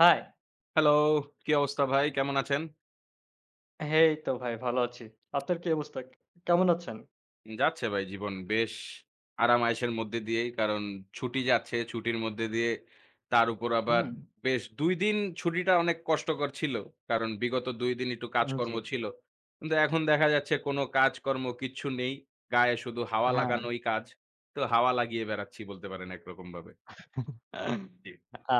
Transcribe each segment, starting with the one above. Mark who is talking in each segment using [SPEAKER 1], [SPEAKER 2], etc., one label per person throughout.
[SPEAKER 1] High!
[SPEAKER 2] Hello, কি অবস্থা ভাই? কেমন আছেন?
[SPEAKER 1] এই তো ভাই ভালো আছি। আপনার কি অবস্থা? কেমন আছেন?
[SPEAKER 2] যাচ্ছে ভাই জীবন বেশ আরাম-আয়েশের মধ্যে দিয়েই। কারণ ছুটি যাচ্ছে, ছুটির মধ্যে দিয়ে তার উপর আবার
[SPEAKER 1] হুম,
[SPEAKER 2] বেশ ২ দিন ছুটিটা অনেক কষ্টকর ছিল। কারণ বিগত ২ দিন একটু কাজকর্ম
[SPEAKER 1] জি,
[SPEAKER 2] ছিল। কিন্তু এখন দেখা যাচ্ছে কোনো কাজকর্ম কিচ্ছু নেই। গায়ে শুধু হাওয়া
[SPEAKER 1] হ্যাঁ।
[SPEAKER 2] লাগানোই কাজ। তো হাওয়া লাগিয়ে বেড়াচ্ছি বলতে পারেন একরকমভাবে। জি,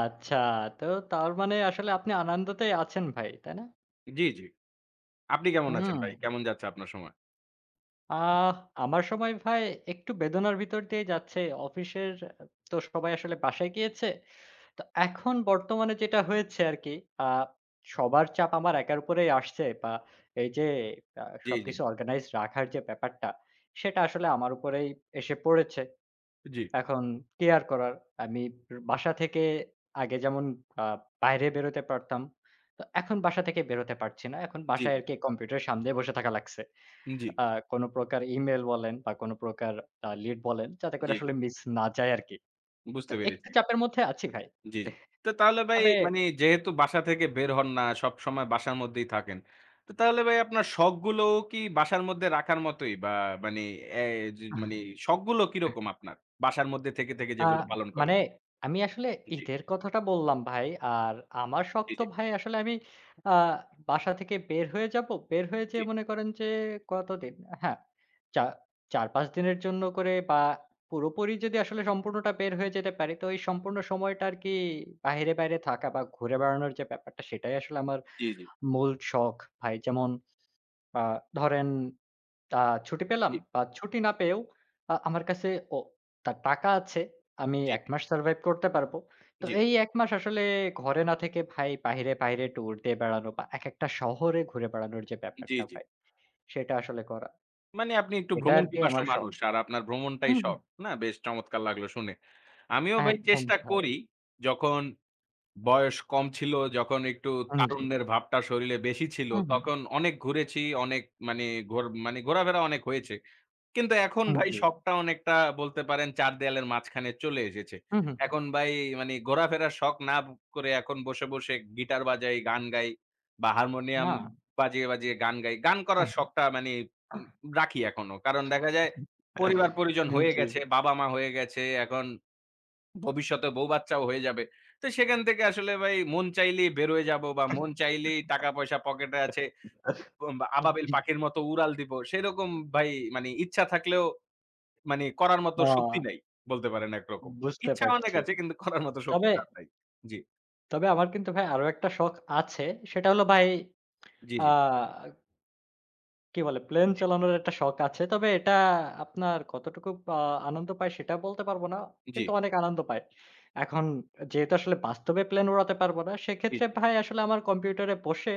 [SPEAKER 1] আচ্ছা, তো তার মানে আসলে আপনি আনন্দতেই আছেন ভাই, তাই না?
[SPEAKER 2] জি, জি। আপনি কেমন আছেন
[SPEAKER 1] হুম।
[SPEAKER 2] ভাই? কেমন যাচ্ছে আপনার সময়?
[SPEAKER 1] আহ আমার সময় ভাই একটু বেদনার ভিতর দিয়ে যাচ্ছে। অফিসের তো সবাই আসলে বাসায় গিয়েছে। তো এখন বর্তমানে যেটা হয়েছে আরকি, আ সবার চাপ আমার একার উপরেই আসছে বা এই যে আ
[SPEAKER 2] জি, জি,
[SPEAKER 1] সবকিছু অর্গানাইজড রাখার যে ব্যাপারটা, সেটা আসলে আমার উপরেই এসে পড়েছে।
[SPEAKER 2] জি,
[SPEAKER 1] এখন কেয়ার করার। আমি বাসা থেকে আগে যেমন আ বাইরে বেরোতে পারতাম। তো এখন বাসা থেকে বেরোতে পারছি না। এখন
[SPEAKER 2] জি,
[SPEAKER 1] বাসায় আরকি কম্পিউটারের সামনে বসে থাকা লাগছে।
[SPEAKER 2] জি,
[SPEAKER 1] আ কোন প্রকার ইমেইল বলেন বা কোন প্রকার লিড বলেন যাতে করে
[SPEAKER 2] জি, জি
[SPEAKER 1] আসলে মিস না যায় আরকি। তো
[SPEAKER 2] বুঝতে
[SPEAKER 1] একটু
[SPEAKER 2] পেরেছি।
[SPEAKER 1] চাপের মধ্যে আছি ভাই।
[SPEAKER 2] জি, জি। তো তাহলে ভাই
[SPEAKER 1] তবে
[SPEAKER 2] মানে যেহেতু বাসা থেকে বের হন না, সবসময় বাসার মধ্যেই থাকেন। তো তাহলে ভাই আপনার শখগুলোও কি বাসার মধ্যে রাখার মতোই বা মানে এ যে মানে শখগুলো কিরকম আপনার? বাসার মধ্যে থেকে, থেকে
[SPEAKER 1] আ
[SPEAKER 2] যেগুলো পালন করেন?
[SPEAKER 1] মানে আমি আসলে
[SPEAKER 2] জি, জি,
[SPEAKER 1] ঈদের কথাটা বললাম ভাই। আর আমার শখ
[SPEAKER 2] জি,
[SPEAKER 1] তো
[SPEAKER 2] জি,
[SPEAKER 1] ভাই আসলে আমি আ বাসা থেকে বের হয়ে যাব। বের হয়ে
[SPEAKER 2] জি,
[SPEAKER 1] যেয়ে মনে করেন যে কতদিন? হ্যাঁ, চা ৪-৫ দিনের জন্য করে বা পুরোপুরি যদি আসলে সম্পূর্ণটা বের হয়ে যেতে পারি, তো এই সম্পূর্ণ সময়টা আরকি বাহিরে, বাইরে বাইরে থাকা বা ঘুরে বেড়ানোর যে ব্যাপারটা সেটাই আসলে আমার
[SPEAKER 2] জি, জি,
[SPEAKER 1] মূল শখ ভাই। যেমন আ ধরেন আ ছুটি পেলাম বা ছুটি না পেয়েও আমার কাছে ও তা টাকা আছে। আমি
[SPEAKER 2] জি,
[SPEAKER 1] ১ মাস সারভাইভ করতে পারবো। তো
[SPEAKER 2] জি,
[SPEAKER 1] এই ১ মাস আসলে ঘরে না থেকে ভাই বাহিরে ট্যুর দিয়ে বেড়ানো বা একেকটা শহরে ঘুরে বেড়ানোর যে
[SPEAKER 2] জি,
[SPEAKER 1] ব্যাপারটা
[SPEAKER 2] জি।
[SPEAKER 1] ভাই, সেটা আসলে করা।
[SPEAKER 2] মানে আপনি একটু
[SPEAKER 1] এটা
[SPEAKER 2] ভ্রমণ
[SPEAKER 1] আরকি
[SPEAKER 2] পিপাসু
[SPEAKER 1] আমার শখ।
[SPEAKER 2] মানুষ আর আপনার ভ্রমণটাই
[SPEAKER 1] হুম, হুম।
[SPEAKER 2] শখ। না বেশ চমৎকার লাগলো শুনে। আমিও ভাই
[SPEAKER 1] একদম
[SPEAKER 2] চেষ্টা
[SPEAKER 1] ভাই।
[SPEAKER 2] করি যখন বয়স কম ছিল যখন একটু
[SPEAKER 1] উম জি।
[SPEAKER 2] তারুণ্যের ভাবটা শরীরে বেশি ছিল,
[SPEAKER 1] হুম, হুম।
[SPEAKER 2] তখন অনেক ঘুরেছি, অনেক মানে ঘোর মানে ঘোরাফেরা অনেক হয়েছে। কিন্তু এখন
[SPEAKER 1] উম
[SPEAKER 2] ভাই
[SPEAKER 1] জি।
[SPEAKER 2] শখটা অনেকটা বলতে পারেন ৪ দেয়ালের মাঝখানে চলে এসেছে।
[SPEAKER 1] হুম, হুম।
[SPEAKER 2] এখন ভাই মানে ঘোরাফেরার শখ না করে এখন বসে, বসে গিটার বাজাই, গান গাই বা হারমোনিয়াম
[SPEAKER 1] না।
[SPEAKER 2] বাজিয়ে, বাজিয়ে গান গাই। গান করার শখটা মানে উম রাখি এখনো। কারণ দেখা যায় পরিবার-পরিজন
[SPEAKER 1] উম
[SPEAKER 2] হয়ে
[SPEAKER 1] জি।
[SPEAKER 2] গেছে, বাবা-মা হয়ে গেছে, এখন ভবিষ্যতে বউ বাচ্চাও হয়ে যাবে। তো সেখান থেকে আসলে ভাই মন চাইলেই বের হয়ে যাবো বা মন চাইলেই টাকা-পয়সা পকেটে আছে। আবাবিল পাখির মতো উড়াল দিব। সেরকম ভাই মানে ইচ্ছা থাকলেও মানে করার মতো
[SPEAKER 1] আ
[SPEAKER 2] শক্তি নাই। বলতে পারেন একরকম।
[SPEAKER 1] বুঝতে
[SPEAKER 2] ইচ্ছা অনেক
[SPEAKER 1] পারছি।
[SPEAKER 2] আছে কিন্তু করার মতো শক্তি
[SPEAKER 1] তবে
[SPEAKER 2] আর নাই। জি,
[SPEAKER 1] তবে আমার কিন্তু ভাই আরো একটা শখ আছে। সেটা হলো ভাই
[SPEAKER 2] জি,
[SPEAKER 1] আ
[SPEAKER 2] জি,
[SPEAKER 1] কি বলে? প্লেন
[SPEAKER 2] জি,
[SPEAKER 1] চালানোর একটা শখ আছে। তবে এটা আপনার কতটুকু আ আনন্দ পায় সেটা বলতে পারব না।
[SPEAKER 2] জি,
[SPEAKER 1] কিন্তু অনেক আনন্দ পায়। এখন যেহেতু আসলে বাস্তবে প্লেন উড়াতে পারব না,
[SPEAKER 2] জি,
[SPEAKER 1] সেক্ষেত্রে
[SPEAKER 2] জি,
[SPEAKER 1] ভাই আসলে আমার কম্পিউটারে বসে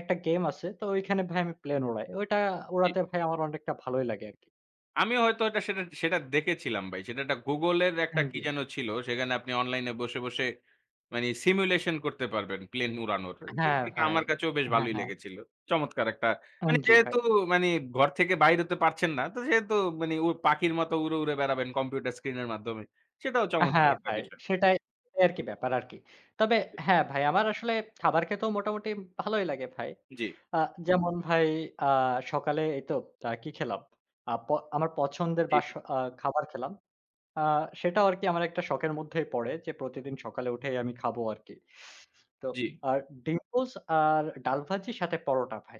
[SPEAKER 1] একটা গেম আছে। তো ওইখানে ভাই আমি প্লেন উড়াই। ওইটা
[SPEAKER 2] জি।
[SPEAKER 1] উড়াতে ভাই আমার অনেকটা ভালোই লাগে আরকি।
[SPEAKER 2] আমি হয়তো এটা সেটা সেটা দেখেছিলাম ভাই। সেটা একটা Google-এর একটা
[SPEAKER 1] উম
[SPEAKER 2] কি
[SPEAKER 1] জি।
[SPEAKER 2] যেন ছিল। সেখানে আপনি অনলাইনে বসে, বসে মানে simulation করতে পারবেন প্লেন উড়ানোর।
[SPEAKER 1] হ্যাঁ,
[SPEAKER 2] এটা
[SPEAKER 1] ভাই।
[SPEAKER 2] আমার কাছেও বেশ
[SPEAKER 1] হ্যাঁ,
[SPEAKER 2] ভালোই
[SPEAKER 1] হ্যাঁ।
[SPEAKER 2] লেগেছিল। চমৎকার একটা
[SPEAKER 1] উম
[SPEAKER 2] মানে
[SPEAKER 1] জি ভাই।
[SPEAKER 2] যেহেতু মানে ঘর থেকে বাইর হতে পারছেন না, তো সেহেতু মানে পাখির মতো উড়ে, উড়ে বেড়াবেন কম্পিউটার স্ক্রিনের মাধ্যমে। সেটাও চমৎকার
[SPEAKER 1] হ্যাঁ,
[SPEAKER 2] একটা
[SPEAKER 1] ভাই
[SPEAKER 2] বিষয়।
[SPEAKER 1] সেটাই, সেটাই আরকি ব্যাপার আরকি। তবে হ্যাঁ, ভাই আমার আসলে খাবার খেতেও মোটামুটি ভালোই লাগে ভাই।
[SPEAKER 2] জি,
[SPEAKER 1] আ যেমন ভাই আ সকালে এই তো কি খেলাম? আ প আমার পছন্দের
[SPEAKER 2] জি,
[SPEAKER 1] বা স
[SPEAKER 2] জি,
[SPEAKER 1] আ খাবার খেলাম। আ সেটাও আরকি আমার একটা শখের মধ্যেই পড়ে যে প্রতিদিন সকালে উঠেই আমি খাবো আরকি। তো
[SPEAKER 2] জি।
[SPEAKER 1] আর ডিম পোচ আর ডাল ভাজি সাথে পরোটা ভাই।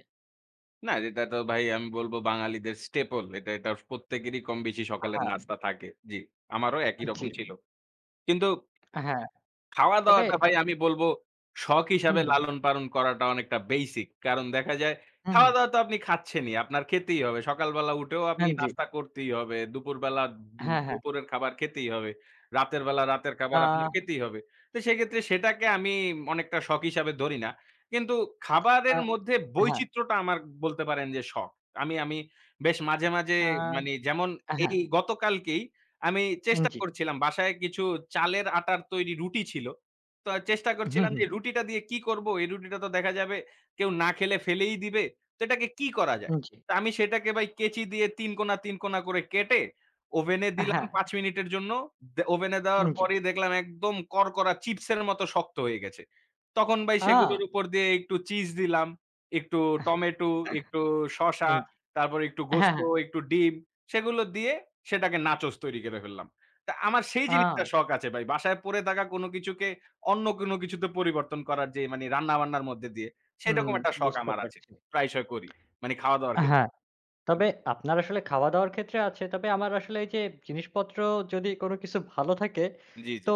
[SPEAKER 2] না এটা ভাই আমি বলব বাঙালিদের staple এটা, এটা প্রত্যেকেরই কম বেশি সকালের
[SPEAKER 1] হ্যাঁ,
[SPEAKER 2] নাস্তা থাকে। জি, আমারও একই
[SPEAKER 1] জি।
[SPEAKER 2] রকম ছিল। কিন্তু
[SPEAKER 1] হ্যাঁ, তবে
[SPEAKER 2] খাওয়া-দাওয়াটা ভাই
[SPEAKER 1] আপ
[SPEAKER 2] আমি বলব শখ
[SPEAKER 1] হুম,
[SPEAKER 2] হিসাবে
[SPEAKER 1] হুম,
[SPEAKER 2] লালন-পালন করাটা অনেকটা বেসিক। কারণ দেখা যায়
[SPEAKER 1] হুম, হুম।
[SPEAKER 2] খাওয়া-দাওয়া তো আপনি খাচ্ছেনই, আপনার খেতেই হবে। সকালবেলা উঠেও আপনি
[SPEAKER 1] হ্যাঁ, জি।
[SPEAKER 2] নাস্তা করতেই হবে। দুপুরবেলা
[SPEAKER 1] হ্যাঁ, হ্যাঁ।
[SPEAKER 2] দুপুরের খাবার খেতেই হবে। রাতের বেলা রাতের খাবার আপনার
[SPEAKER 1] আ
[SPEAKER 2] খেতেই হবে। তো সেক্ষেত্রে সেটাকে আমি অনেকটা শখ হিসাবে ধরি না। কিন্তু
[SPEAKER 1] আ
[SPEAKER 2] খাবারের মধ্যে
[SPEAKER 1] হ্যাঁ,
[SPEAKER 2] বৈচিত্র্যটা আমার বলতে পারেন যে শখ। আমি আমি বেশ মাঝে, মাঝে
[SPEAKER 1] আ
[SPEAKER 2] মানি যেমন এই গতকালকেই আমি
[SPEAKER 1] হ্যাঁ,
[SPEAKER 2] চেষ্টা
[SPEAKER 1] জি।
[SPEAKER 2] করছিলাম বাসায় কিছু চালের আটার তৈরি রুটি ছিল। তো চেষ্টা
[SPEAKER 1] হুম,
[SPEAKER 2] করছিলাম যে
[SPEAKER 1] হুম।
[SPEAKER 2] রুটিটা দিয়ে কি করব? এই রুটিটা তো দেখা যাবে কেউ না খেলে ফেলেই দিবে। তো এটাকে কি করা যায়?
[SPEAKER 1] উম জি।
[SPEAKER 2] তো আমি সেটাকে ভাই কেচি দিয়ে ৩ কোনা, ৩ কোনা করে কেটে ওভেনে দিলাম
[SPEAKER 1] হ্যাঁ,
[SPEAKER 2] ৫ মিনিটের জন্য। ওভেনে দেওয়ার
[SPEAKER 1] উম জি।
[SPEAKER 2] পরেই দেখলাম একদম করকরা চিপসের মতো শক্ত হয়ে গেছে। তখন ভাই সেগুলোর
[SPEAKER 1] আ!
[SPEAKER 2] উপর দিয়ে একটু চিজ দিলাম, একটু টমেটো,
[SPEAKER 1] হ্যাঁ, জি।
[SPEAKER 2] একটু শসা, তারপর একটু
[SPEAKER 1] হ্যাঁ।
[SPEAKER 2] গোস্ত,
[SPEAKER 1] হ্যাঁ।
[SPEAKER 2] একটু ডিম সেগুলো দিয়ে সেটাকে নাচোস তৈরি করে ফেললাম। তা আমার সেই জিনিসটা
[SPEAKER 1] আ!
[SPEAKER 2] শখ আছে ভাই। বাসায় পড়ে থাকা কোনো কিছুকে অন্য কোনো কিছুতে পরিবর্তন করার যে মানে রান্না-বান্নার মধ্যে দিয়ে
[SPEAKER 1] হুম,
[SPEAKER 2] সেরকম একটা শখ
[SPEAKER 1] বুঝতে
[SPEAKER 2] আমার আছে।
[SPEAKER 1] পারছি।
[SPEAKER 2] প্রায়শই করি। মানে খাওয়া-দাওয়ার ক্ষেত্রে।
[SPEAKER 1] হ্যাঁ। তবে আপনার আসলে খাওয়া-দাওয়ার ক্ষেত্রে আছে। তবে আমার আসলে এই যে জিনিসপত্র যদি কোনো কিছু ভালো থাকে,
[SPEAKER 2] জি, জি,
[SPEAKER 1] তো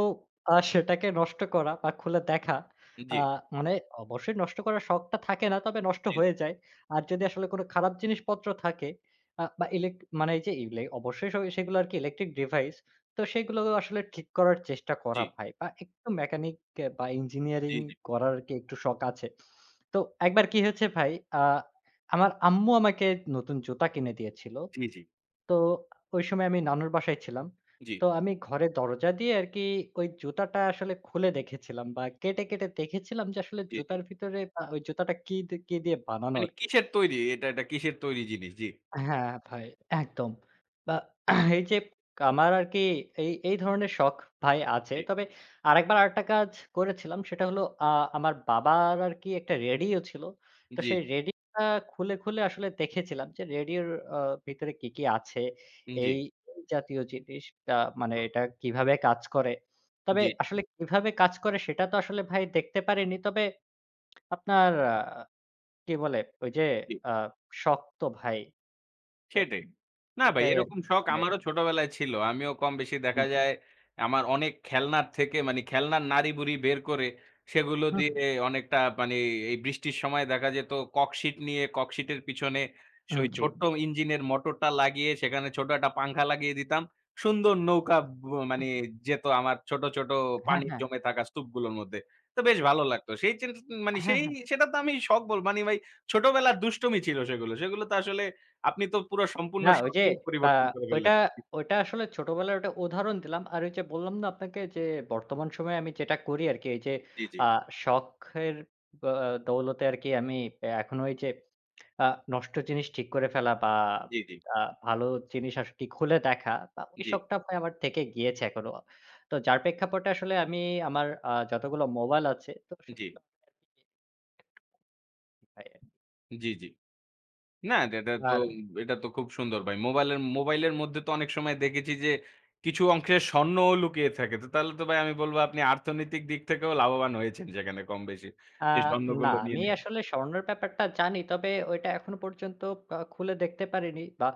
[SPEAKER 1] সেটাকে নষ্ট করা বা খুলে দেখা
[SPEAKER 2] জি, জি,
[SPEAKER 1] আ মানে অবশ্যই নষ্ট করার শখটা থাকে না, তবে নষ্ট
[SPEAKER 2] জি, জি,
[SPEAKER 1] হয়ে যায়। আর যদি আসলে কোনো খারাপ জিনিসপত্র থাকে আ বা ইলেক মানে এই যে অবশ্যই সব সেগুলো আরকি ইলেকট্রিক ডিভাইস। তো সেগুলো আসলে ঠিক করার চেষ্টা করা
[SPEAKER 2] জি,
[SPEAKER 1] ভাই বা একটু মেকানিক বা ইঞ্জিনিয়ারিং
[SPEAKER 2] জি,
[SPEAKER 1] করার আরকি একটু শখ আছে। তো একবার কি হয়েছে ভাই আ আমার আম্মু আমাকে নতুন জুতা কিনে দিয়েছিল।
[SPEAKER 2] জি,
[SPEAKER 1] তো ওই সময় আমি নানুর বাসায় ছিলাম। তো আমি ঘরের দরজা দিয়ে আরকি ওই জুতাটা আসলে খুলে দেখেছিলাম বা কেটে দেখেছিলাম যে আসলে
[SPEAKER 2] জি, জি।
[SPEAKER 1] জুতার ভিতরে ওই জুতাটা কি দিয়ে বানানো
[SPEAKER 2] মানে
[SPEAKER 1] আরকি।
[SPEAKER 2] কিসের তৈরি? এটা, এটা কিসের তৈরি জিনিস? জি,
[SPEAKER 1] হ্যাঁ, ভাই একদম। বা এই যে আমার আরকি এই ধরনের শখ ভাই আছে।
[SPEAKER 2] জি,
[SPEAKER 1] তবে আরেকবার আরেকটা কাজ করেছিলাম সেটা হলো আমার বাবার আরকি একটা রেডিও ছিল। তো
[SPEAKER 2] জি,
[SPEAKER 1] সেই রেডিওটা খুলে আসলে দেখেছিলাম যে রেডিওর আ ভিতরে কি আছে
[SPEAKER 2] জি,
[SPEAKER 1] এই এই জাতীয় জিনিস আ মানে এটা কিভাবে কাজ করে। তবে
[SPEAKER 2] জি,
[SPEAKER 1] আসলে কিভাবে কাজ করে সেটা তো আসলে ভাই দেখতে পারিনি। তবে আপনার কি বলে ওই যে
[SPEAKER 2] জি।
[SPEAKER 1] আ শখ তো ভাই। তো
[SPEAKER 2] সেটাই। না ভাই
[SPEAKER 1] এটাই
[SPEAKER 2] এরকম
[SPEAKER 1] আরকি
[SPEAKER 2] শখ
[SPEAKER 1] মানে
[SPEAKER 2] আমারও ছোটবেলায় ছিল। আমিও কম বেশি দেখা
[SPEAKER 1] হুম,
[SPEAKER 2] যায় আমার অনেক খেলনার থেকে মানে খেলনার নাড়ি-ভুড়ি বের করে সেগুলো
[SPEAKER 1] হুম,
[SPEAKER 2] দিয়ে অনেকটা মানে এই বৃষ্টির সময় দেখা যেত ককশিট নিয়ে ককশিটের পিছনে
[SPEAKER 1] হুম,
[SPEAKER 2] ওই
[SPEAKER 1] জি।
[SPEAKER 2] ছোট্ট ইঞ্জিনের মোটরটা লাগিয়ে সেখানে ছোট একটা পাংখা লাগিয়ে দিতাম। সুন্দর নৌকা মানে যেত আমার ছোট, ছোট
[SPEAKER 1] হ্যাঁ,
[SPEAKER 2] পানি
[SPEAKER 1] হ্যাঁ,
[SPEAKER 2] জমে থাকা স্তূপগুলোর মধ্যে। তো বেশ ভালো লাগতো। সেই চিন মানে
[SPEAKER 1] হ্যাঁ,
[SPEAKER 2] সেই
[SPEAKER 1] হ্যাঁ।
[SPEAKER 2] সেটা তো আমি শখ বলব মানে ভাই ছোটবেলার দুষ্টুমি ছিল সেগুলো। সেগুলো তো আসলে আপনি তো পুরো সম্পূর্ণ
[SPEAKER 1] না ওই যে
[SPEAKER 2] শখই
[SPEAKER 1] আ
[SPEAKER 2] পরিবর্তন করে
[SPEAKER 1] ওইটা,
[SPEAKER 2] ফেললেন। জি।
[SPEAKER 1] ওইটা আসলে ছোটবেলার ওটা উদাহরণ দিলাম। আর ওই যে বললাম না আপনাকে যে বর্তমান সময়ে আমি যেটা করি আরকি এই যে
[SPEAKER 2] জি, জি,
[SPEAKER 1] আ শখের আ দৌলতে আরকি আমি এখনো ওই যে আ নষ্ট জিনিস ঠিক করে ফেলা বা
[SPEAKER 2] জি, জি,
[SPEAKER 1] আ ভালো জিনিস আরকি খুলে দেখা বা ওই
[SPEAKER 2] জি,
[SPEAKER 1] শখটা ভাই আমার থেকে গিয়েছে এখনো। তো যার প্রেক্ষাপটে আসলে আমি আমার যতগুলো মোবাইল আছে তো
[SPEAKER 2] জি,
[SPEAKER 1] সবগুলো ভাই
[SPEAKER 2] জি, জি। না, এটা এটা তো
[SPEAKER 1] আর
[SPEAKER 2] এটা তো খুব সুন্দর ভাই। মোবাইলের মোবাইলের মধ্যে তো অনেক সময় দেখেছি যে কিছু অংশের স্বর্ণও লুকিয়ে থাকে। তো তাহলে তো ভাই আমি বলব আপনি অর্থনৈতিক দিক থেকেও লাভবান হয়েছেন সেখানে কম বেশি।
[SPEAKER 1] আ
[SPEAKER 2] এই
[SPEAKER 1] না,
[SPEAKER 2] স্বর্ণগুলো নিয়ে,
[SPEAKER 1] আমি
[SPEAKER 2] নিয়ে
[SPEAKER 1] আসলে স্বর্ণের ব্যাপারটা জানি। তবে ওইটা
[SPEAKER 2] জি,
[SPEAKER 1] এখনো পর্যন্ত খুলে দেখতে পারিনি বা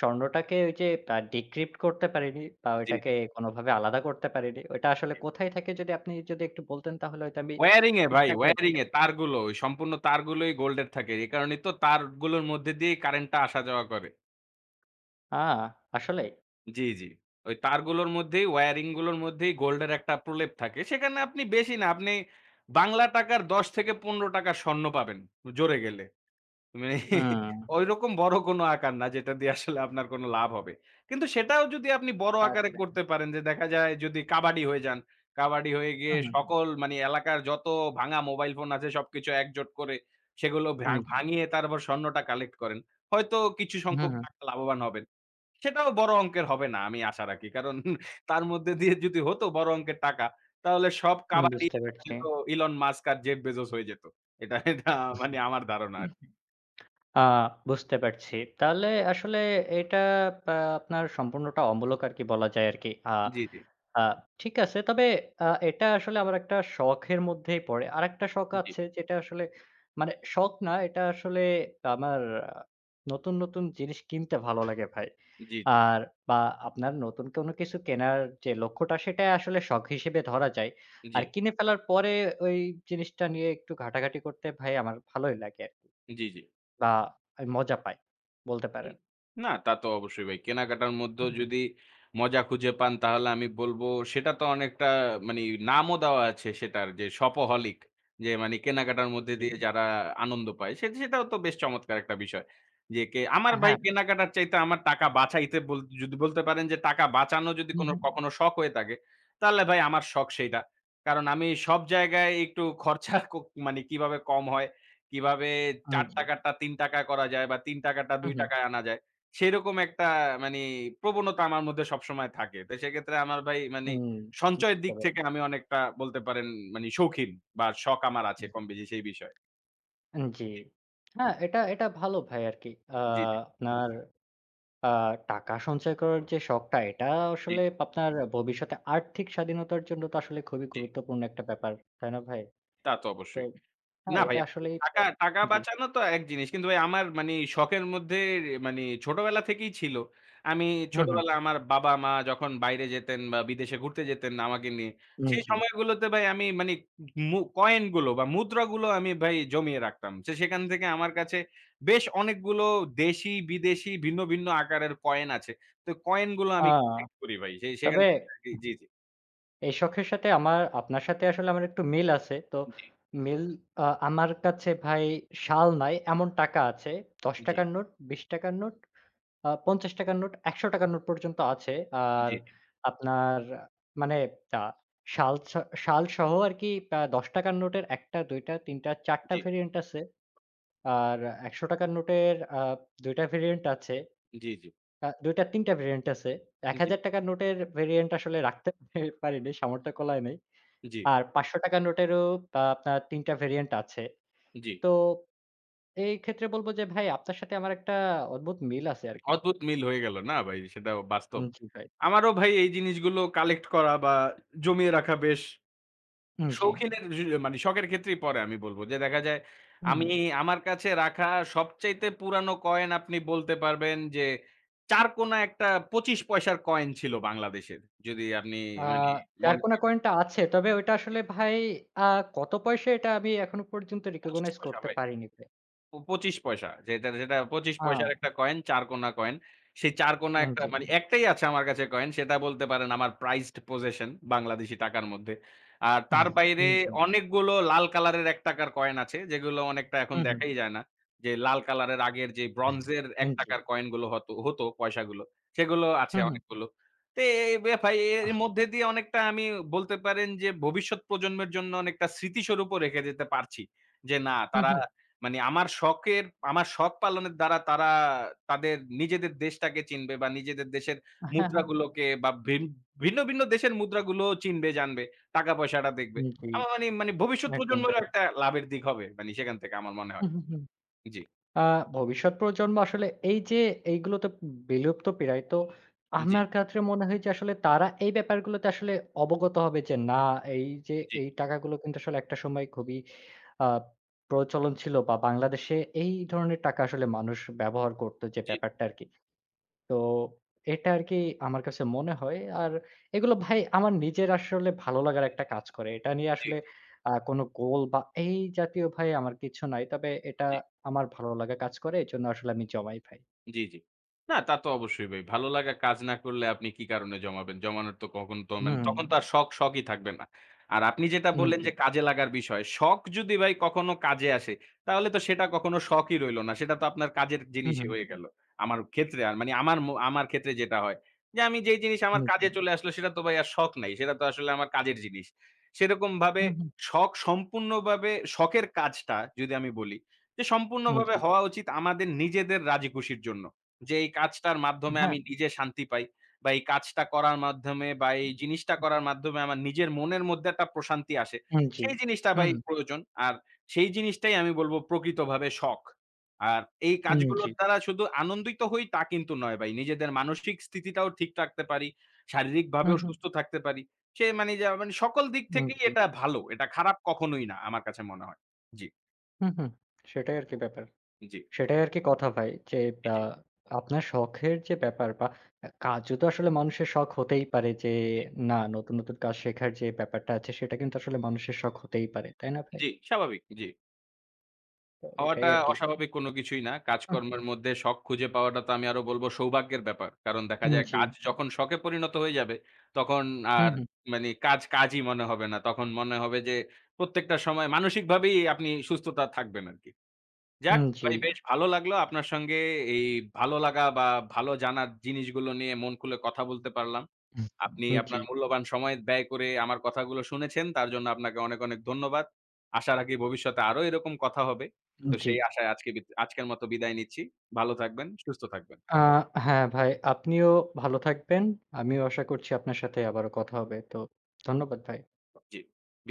[SPEAKER 1] স্বর্ণটাকে ওই যে ডিক্রিপ্ট করতে পারিনি বা
[SPEAKER 2] জি, জি।
[SPEAKER 1] ওইটাকে কোনোভাবে আলাদা করতে পারিনি। ওইটা আসলে কোথায় থাকে যদি আপনি যদি একটু বলতেন তাহলে হয়তো আমি
[SPEAKER 2] ওয়্যারিং এ ভাই,
[SPEAKER 1] চেষ্টা করে
[SPEAKER 2] ওয়্যারিং
[SPEAKER 1] দেখতে
[SPEAKER 2] এ
[SPEAKER 1] পারি।
[SPEAKER 2] তারগুলো, ওই সম্পূর্ণ তারগুলোই গোল্ডের থাকে। এ কারণেই তো তারগুলোর মধ্যে দিয়েই কারেন্টটা আসা যাওয়া করে।
[SPEAKER 1] আ আসলেই?
[SPEAKER 2] জি, জি। ওই তারগুলোর মধ্যেই ওয়্যারিং গুলোর মধ্যেই গোল্ডের একটা প্রলেপ থাকে। সেখানে আপনি বেশি না, আপনি বাংলা টাকার ১০ থেকে ৳১৫ স্বর্ণ পাবেন জোরে গেলে। মানে
[SPEAKER 1] হুম,
[SPEAKER 2] ঐরকম বড় কোনো আকার না যেটা দিয়ে আসলে আপনার কোনো লাভ হবে। কিন্তু সেটাও যদি আপনি বড় আকারে
[SPEAKER 1] আচ্ছা।
[SPEAKER 2] করতে পারেন যে দেখা যায় যদি কাবাডি হয়ে যান, কাবাডি হয়ে গিয়ে
[SPEAKER 1] হুম, হুম।
[SPEAKER 2] সকল মানে এলাকার যত ভাঙা মোবাইল ফোন আছে সবকিছু একজোট করে সেগুলো
[SPEAKER 1] উম জি।
[SPEAKER 2] ভাঙিয়ে তারপর স্বর্ণটা কালেক্ট করেন। হয়তো কিছু
[SPEAKER 1] হুম,
[SPEAKER 2] সংখ্যক
[SPEAKER 1] হুম।
[SPEAKER 2] টাকা লাভবান হবেন। সেটাও বড় অঙ্কের হবে না আমি আশা রাখি। কারণ তার মধ্যে দিয়ে যদি হতো বড় অঙ্কের টাকা, তাহলে সব
[SPEAKER 1] আমি
[SPEAKER 2] কাবাডি
[SPEAKER 1] বুঝতে পারছি।
[SPEAKER 2] হয়তো ইলন মাস্ক আর জেফ বেজোস হয়ে যেত। এটা এটা মানে আমার ধারণা আরকি।
[SPEAKER 1] আ বুঝতে পারছি। তাহলে আসলে এটা আ আপনার সম্পূর্ণটা অমূলক আরকি বলা যায় আরকি। আ
[SPEAKER 2] জি, জি,
[SPEAKER 1] আ ঠিক আছে। তবে এটা আসলে আমার একটা শখের মধ্যেই পড়ে। আরেকটা শখ
[SPEAKER 2] জি,
[SPEAKER 1] আছে যেটা আসলে মানে শখ না, এটা আসলে আমার আ নতুন জিনিস কিনতে ভালো লাগে ভাই।
[SPEAKER 2] জি, জি,
[SPEAKER 1] আর বা আপনার নতুন কোনো কিছু কেনার যে লক্ষ্যটা সেটা আসলে শখ হিসেবে ধরা যায়।
[SPEAKER 2] জি,
[SPEAKER 1] আর কিনে ফেলার পরে ওই জিনিসটা নিয়ে একটু ঘাটাঘাটি করতে ভাই আমার ভালোই লাগে আরকি।
[SPEAKER 2] জি, জি।
[SPEAKER 1] বা আমি মজা পাই বলতে পারেন।
[SPEAKER 2] না, তা তো অবশ্যই ভাই। কেনাকাটার মধ্যেও
[SPEAKER 1] হুম, হুম।
[SPEAKER 2] যদি মজা খুঁজে পান তাহলে আমি বলব সেটা তো অনেকটা মানে নামও দেওয়া আছে সেটার যে শপোহলিক যে মানে কেনাকাটার মধ্যে
[SPEAKER 1] জি।
[SPEAKER 2] দিয়ে যারা আনন্দ পায় সে সেটাও তো বেশ চমৎকার একটা বিষয়। যে কে আমার ভাই
[SPEAKER 1] হ্যাঁ।
[SPEAKER 2] কেনাকাটার চাইতে আমার টাকা বাঁচাইতে বল যদি বলতে পারেন যে টাকা বাঁচানো যদি
[SPEAKER 1] হুম,
[SPEAKER 2] কোনো
[SPEAKER 1] হুম।
[SPEAKER 2] কখনো শখ হয়ে থাকে তাহলে ভাই আমার শখ সেইটা। কারণ আমি সব জায়গায় একটু খরচা ক মানে কিভাবে কম হয় কিভাবে
[SPEAKER 1] হুম,
[SPEAKER 2] ৳৪ টা
[SPEAKER 1] জি।
[SPEAKER 2] ৳৩ করা যায় বা ৳৩ টা ৳২
[SPEAKER 1] হুম, হুম।
[SPEAKER 2] য় আনা যায়। সেরকম একটা মানি প্রবণতা আমার মধ্যে সবসময় থাকে। তো সেক্ষেত্রে আমার ভাই মানি
[SPEAKER 1] হুম।
[SPEAKER 2] সঞ্চয়ের
[SPEAKER 1] বুঝতে
[SPEAKER 2] দিক
[SPEAKER 1] পারছি।
[SPEAKER 2] থেকে আমি অনেকটা বলতে পারেন মানি শৌখিন বা শখ আমার আছে কম বেশি সেই বিষয়ে।
[SPEAKER 1] উম জি।
[SPEAKER 2] জি,
[SPEAKER 1] হ্যাঁ, এটা এটা ভালো ভাই আরকি।
[SPEAKER 2] জি,
[SPEAKER 1] হুম। আপনার আ টাকা সঞ্চয় করার যে শখটা, এটা
[SPEAKER 2] জি,
[SPEAKER 1] আসলে
[SPEAKER 2] জি,
[SPEAKER 1] আপনার ভবিষ্যতে আর্থিক স্বাধীনতার জন্য তো আসলে খুবই
[SPEAKER 2] জি।
[SPEAKER 1] গুরুত্বপূর্ণ একটা ব্যাপার। তাই না ভাই?
[SPEAKER 2] তা তো
[SPEAKER 1] তো
[SPEAKER 2] অবশ্যই।
[SPEAKER 1] হ্যাঁ,
[SPEAKER 2] না ভাই
[SPEAKER 1] এটা
[SPEAKER 2] আমি
[SPEAKER 1] আসলেই তো
[SPEAKER 2] টাকা, টাকা
[SPEAKER 1] জি।
[SPEAKER 2] বাঁচানো তো এক জিনিস। কিন্তু ভাই আমার মানি শখের মধ্যে মানি ছোটবেলা থেকেই ছিল। আমি
[SPEAKER 1] হুম, হুম।
[SPEAKER 2] ছোটবেলা আমার বাবা-মা যখন বাইরে যেতেন বা বিদেশে ঘুরতে যেতেন আমাকে নিয়ে,
[SPEAKER 1] উম
[SPEAKER 2] সেই
[SPEAKER 1] জি।
[SPEAKER 2] সময়গুলোতে ভাই আমি মানি কয়েন গুলো বা মুদ্রাগুলো আমি ভাই জমিয়ে রাখতাম। তো সেখান থেকে আমার কাছে বেশ অনেকগুলো দেশি, বিদেশি ভিন্ন, ভিন্ন আকারের কয়েন আছে। তো কয়েন গুলো আমি
[SPEAKER 1] আ
[SPEAKER 2] কালেক্ট করি ভাই। সেই সেখান
[SPEAKER 1] তবে
[SPEAKER 2] থেকে আর কি- জি, জি,
[SPEAKER 1] এই শখের সাথে আমার আপনার সাথে আসলে আমার একটু মিল আছে। তো
[SPEAKER 2] জি,
[SPEAKER 1] মিল আমার কাছে ভাই সাল নাই, এমন টাকা আছে।
[SPEAKER 2] জি,
[SPEAKER 1] ৳১০ র নোট, ৳২০ র নোট ৳৫০ র নোট ৳১০০ র নোট পর্যন্ত আছে।
[SPEAKER 2] জি,
[SPEAKER 1] আর
[SPEAKER 2] জি,
[SPEAKER 1] আপনার মানে আ শাল ছ শালসহ আরকি ৳১০ র নোটের ১ টা, ২ টা, ৩ টা, ৪ টা
[SPEAKER 2] জি,
[SPEAKER 1] ভেরিয়েন্ট আছে। আর ৳১০০ র নোটের ২ টা ভেরিয়েন্ট আছে।
[SPEAKER 2] জি,
[SPEAKER 1] ২ টা ৩ টা ভেরিয়েন্ট আছে।
[SPEAKER 2] জি,
[SPEAKER 1] ৳১,০০০ র নোটের ভেরিয়েন্ট আসলে রাখতে পারিনি, সামর্থ্য কুলায় নাই।
[SPEAKER 2] জি,
[SPEAKER 1] আর ৳৫০০ র নোটেরও আপনার ৩ টা ভেরিয়েন্ট আছে।
[SPEAKER 2] জি।
[SPEAKER 1] তো এই ক্ষেত্রে বলব যে ভাই আপনার সাথে আমার একটা অদ্ভুত মিল আছে আরকি।
[SPEAKER 2] অদ্ভুত মিল হয়ে গেল। না ভাই সেটা বাস্তব।
[SPEAKER 1] উম জি ভাই।
[SPEAKER 2] আমারও ভাই এই জিনিসগুলো কালেক্ট করা বা জমিয়ে রাখা বেশ
[SPEAKER 1] উম জি।
[SPEAKER 2] শৌখিনের জি মানে শখের ক্ষেত্রেই পড়ে আমি বলব। যে দেখা যায়
[SPEAKER 1] হু,
[SPEAKER 2] আমি
[SPEAKER 1] হু।
[SPEAKER 2] আমার কাছে রাখা সবচাইতে পুরানো কয়েন আপনি বলতে পারবেন যে ৪ কোনা একটা ২৫ পয়সার কয়েন ছিল বাংলাদেশের। যদি আপনি
[SPEAKER 1] আ
[SPEAKER 2] মানে মনে
[SPEAKER 1] ঝাড়কোনা
[SPEAKER 2] করেন
[SPEAKER 1] কয়েনটা আছে। তবে ওইটা আসলে ভাই আ কত পয়সা এটা আমি এখনো পর্যন্ত
[SPEAKER 2] ২৫
[SPEAKER 1] recognize
[SPEAKER 2] পয়সা
[SPEAKER 1] করতে
[SPEAKER 2] ভাই।
[SPEAKER 1] পারিনি ভাই।
[SPEAKER 2] ২৫ পয়সা। যেটা, যেটা ২৫ পয়সার
[SPEAKER 1] আ
[SPEAKER 2] একটা কয়েন, ৪ কোনা কয়েন। সেই ৪ কোনা
[SPEAKER 1] আন
[SPEAKER 2] একটা
[SPEAKER 1] জি।
[SPEAKER 2] মানে একটাই আছে আমার কাছে কয়েন। সেটা বলতে পারেন আমার prized possession বাংলাদেশী টাকার মধ্যে। আর তার বাইরে
[SPEAKER 1] উম জি।
[SPEAKER 2] অনেকগুলো লাল কালারের ১ টাকার কয়েন আছে, যেগুলো অনেকটা এখন
[SPEAKER 1] হু, হু।
[SPEAKER 2] দেখাই যায় না। যে লাল কালারের আগের যে ব্রোঞ্জের ১
[SPEAKER 1] আন জি।
[SPEAKER 2] টাকার কয়েনগুলো হতো পয়সাগুলো, সেগুলো
[SPEAKER 1] হু,
[SPEAKER 2] আছে
[SPEAKER 1] হু।
[SPEAKER 2] অনেকগুলো। তো এ বে ভাই এর মধ্যে দিয়ে অনেকটা আমি বলতে পারেন যে ভবিষ্যৎ প্রজন্মের জন্য অনেকটা স্মৃতিস্বরূপও রেখে যেতে পারছি। যে না
[SPEAKER 1] হু,
[SPEAKER 2] তারা
[SPEAKER 1] হু।
[SPEAKER 2] মানে আমার শখের আমার শখ পালনের দ্বারা তারা তাদের নিজেদের দেশটাকে চিনবে বা নিজেদের দেশের
[SPEAKER 1] হ্যাঁ, হ্যাঁ।
[SPEAKER 2] মুদ্রাগুলোকে বা ভিন্ন, ভিন্ন দেশের মুদ্রাগুলো চিনবে, জানবে। টাকা পয়সাটা দেখবে।
[SPEAKER 1] উম জি।
[SPEAKER 2] আমার মানে মানে ভবিষ্যৎ
[SPEAKER 1] একদম
[SPEAKER 2] প্রজন্মেরও
[SPEAKER 1] ভাই।
[SPEAKER 2] একটা লাভের দিক হবে। মানে সেখান থেকে আমার মনে
[SPEAKER 1] হু,
[SPEAKER 2] হয়।
[SPEAKER 1] হু, হু।
[SPEAKER 2] জি,
[SPEAKER 1] আ ভবিষ্যৎ প্রজন্ম আসলে এই যে এইগুলো তো বিলুপ্ত প্রায়। তো
[SPEAKER 2] জি, জি,
[SPEAKER 1] আমার কাছে মনে হয় যে আসলে তারা এই ব্যাপারগুলোতে আসলে অবগত হবে যে না এই যে
[SPEAKER 2] জি,
[SPEAKER 1] এই টাকাগুলো কিন্তু আসলে একটা সময় খুবই আ প্রচলন ছিল বা বাংলাদেশে এই ধরনের টাকা আসলে মানুষ ব্যবহার করত যে
[SPEAKER 2] জি,
[SPEAKER 1] ব্যাপারটা আরকি। তো এটা আরকি আমার কাছে মনে হয়। আর এগুলো ভাই আমার নিজের আসলে ভালো লাগার একটা কাজ করে। এটা নিয়ে
[SPEAKER 2] জি।
[SPEAKER 1] আসলে কোনো গোল বা এই জাতীয় ভাই আমার কিছু নাই। তবে এটা আমার ভালো লাগা কাজ করে। এজন্য আসলে আমি জমাই ভাই।
[SPEAKER 2] জি, জি। না তা তো অবশ্যই ভাই। ভালো লাগা কাজ না করলে আপনি কি কারণে জমাবেন? জমানোর তো কখন তো মানে
[SPEAKER 1] হুম,
[SPEAKER 2] তখন তো আর শখ, শখই থাকবে না। আর আপনি যেটা
[SPEAKER 1] হুম,
[SPEAKER 2] বললেন
[SPEAKER 1] জি
[SPEAKER 2] যে
[SPEAKER 1] ভাই।
[SPEAKER 2] কাজে লাগার বিষয়, শখ যদি ভাই কখনো কাজে আসে, তাহলে তো সেটা কখনো শখই রইল না। সেটা তো আপনার কাজের
[SPEAKER 1] হুম,
[SPEAKER 2] জিনিসই
[SPEAKER 1] হুম,
[SPEAKER 2] হয়ে গেল। আমার ক্ষেত্রে আর মানে আমার ক্ষেত্রে যেটা হয়, যে আমি যেই জিনিস আমার
[SPEAKER 1] হুম, জি।
[SPEAKER 2] কাজে চলে আসলো সেটা তো ভাই আর শখ নাই। সেটা তো আসলে আমার কাজের জিনিস। সেরকমভাবে
[SPEAKER 1] হুম, হুম,
[SPEAKER 2] শখ সম্পূর্ণভাবে শখের কাজটা যদি আমি বলি, যে
[SPEAKER 1] হুম,
[SPEAKER 2] সম্পূর্ণভাবে
[SPEAKER 1] জি।
[SPEAKER 2] হওয়া উচিত আমাদের নিজেদের রাজিখুশির জন্য। যে এই কাজটার মাধ্যমে
[SPEAKER 1] হ্যাঁ,
[SPEAKER 2] আমি নিজে শান্তি পাই বা এই কাজটা করার মাধ্যমে বা এই জিনিসটা করার মাধ্যমে আমার নিজের মনের মধ্যে একটা প্রশান্তি আসে।
[SPEAKER 1] হুম, জি।
[SPEAKER 2] সেই জিনিসটা ভাই
[SPEAKER 1] হুম,
[SPEAKER 2] প্রয়োজন। আর সেই জিনিসটাই আমি বলব প্রকৃতভাবে শখ। আর এই
[SPEAKER 1] হুম, জি।
[SPEAKER 2] কাজগুলোর দ্বারা শুধু আনন্দিত হই তা কিন্তু নয় ভাই। নিজেদের মানসিক স্থিতিটাও ঠিক রাখতে পারি।
[SPEAKER 1] হুম,
[SPEAKER 2] শারীরিকভাবেও হুম।
[SPEAKER 1] হুম,
[SPEAKER 2] সুস্থ থাকতে পারি। সে মানে যা মানে সকল দিক
[SPEAKER 1] হুম,
[SPEAKER 2] থেকেই
[SPEAKER 1] জি।
[SPEAKER 2] এটা ভালো। এটা খারাপ কখনোই না আমার কাছে মনে হয়। জি,
[SPEAKER 1] হুম, হুম। সেটাই আরকি ব্যাপার।
[SPEAKER 2] জি,
[SPEAKER 1] সেটাই আরকি কথা ভাই যে আ
[SPEAKER 2] জি।
[SPEAKER 1] আপনার শখের যে ব্যাপার বা কাজও তো আসলে মানুষের শখ হতেই পারে যে না নতুন কাজ শেখার যে ব্যাপারটা আছে সেটা কিন্তু আসলে মানুষের শখ হতেই পারে। তাই না ভাই?
[SPEAKER 2] জি, স্বাভাবিক। জি।
[SPEAKER 1] তো
[SPEAKER 2] হওয়াটা
[SPEAKER 1] এটাই
[SPEAKER 2] আচ্ছা।
[SPEAKER 1] আরকি।
[SPEAKER 2] অস্বাভাবিক কোনো কিছুই না।
[SPEAKER 1] হুম।
[SPEAKER 2] কাজকর্মের মধ্যে শখ খুঁজে পাওয়াটা তো আমি আরো বলব সৌভাগ্যের ব্যাপার। কারণ দেখা
[SPEAKER 1] উম
[SPEAKER 2] যায়
[SPEAKER 1] জি।
[SPEAKER 2] কাজ যখন শখে পরিণত হয়ে যাবে, তখন
[SPEAKER 1] হুম,
[SPEAKER 2] আর
[SPEAKER 1] হুম।
[SPEAKER 2] মানে কাজ কাজই মনে হবে না। তখন মনে হবে যে প্রত্যেকটা সময় মানসিকভাবেই আপনি সুস্থতা থাকবেন আরকি। যাক
[SPEAKER 1] উম জি।
[SPEAKER 2] ভাই বেশ ভালো লাগলো আপনার সঙ্গে এই ভালো লাগা বা ভালো জানার জিনিসগুলো নিয়ে মন খুলে কথা বলতে পারলাম।
[SPEAKER 1] হুম,
[SPEAKER 2] আপনি
[SPEAKER 1] জি,
[SPEAKER 2] আপনার মূল্যবান সময় ব্যয় করে আমার কথাগুলো শুনেছেন তার জন্য আপনাকে অনেক, অনেক ধন্যবাদ। আশা রাখি ভবিষ্যতে আরো এরকম কথা হবে। তো
[SPEAKER 1] জি।
[SPEAKER 2] সেই আশায় আজকের মতো বিদায় নিচ্ছি। ভালো থাকবেন, সুস্থ থাকবেন।
[SPEAKER 1] আ হ্যাঁ ভাই, আপনিও ভালো থাকবেন। আমিও আশা করছি আপনার সাথে আবারও কথা হবে। তো ধন্যবাদ ভাই।
[SPEAKER 2] জি।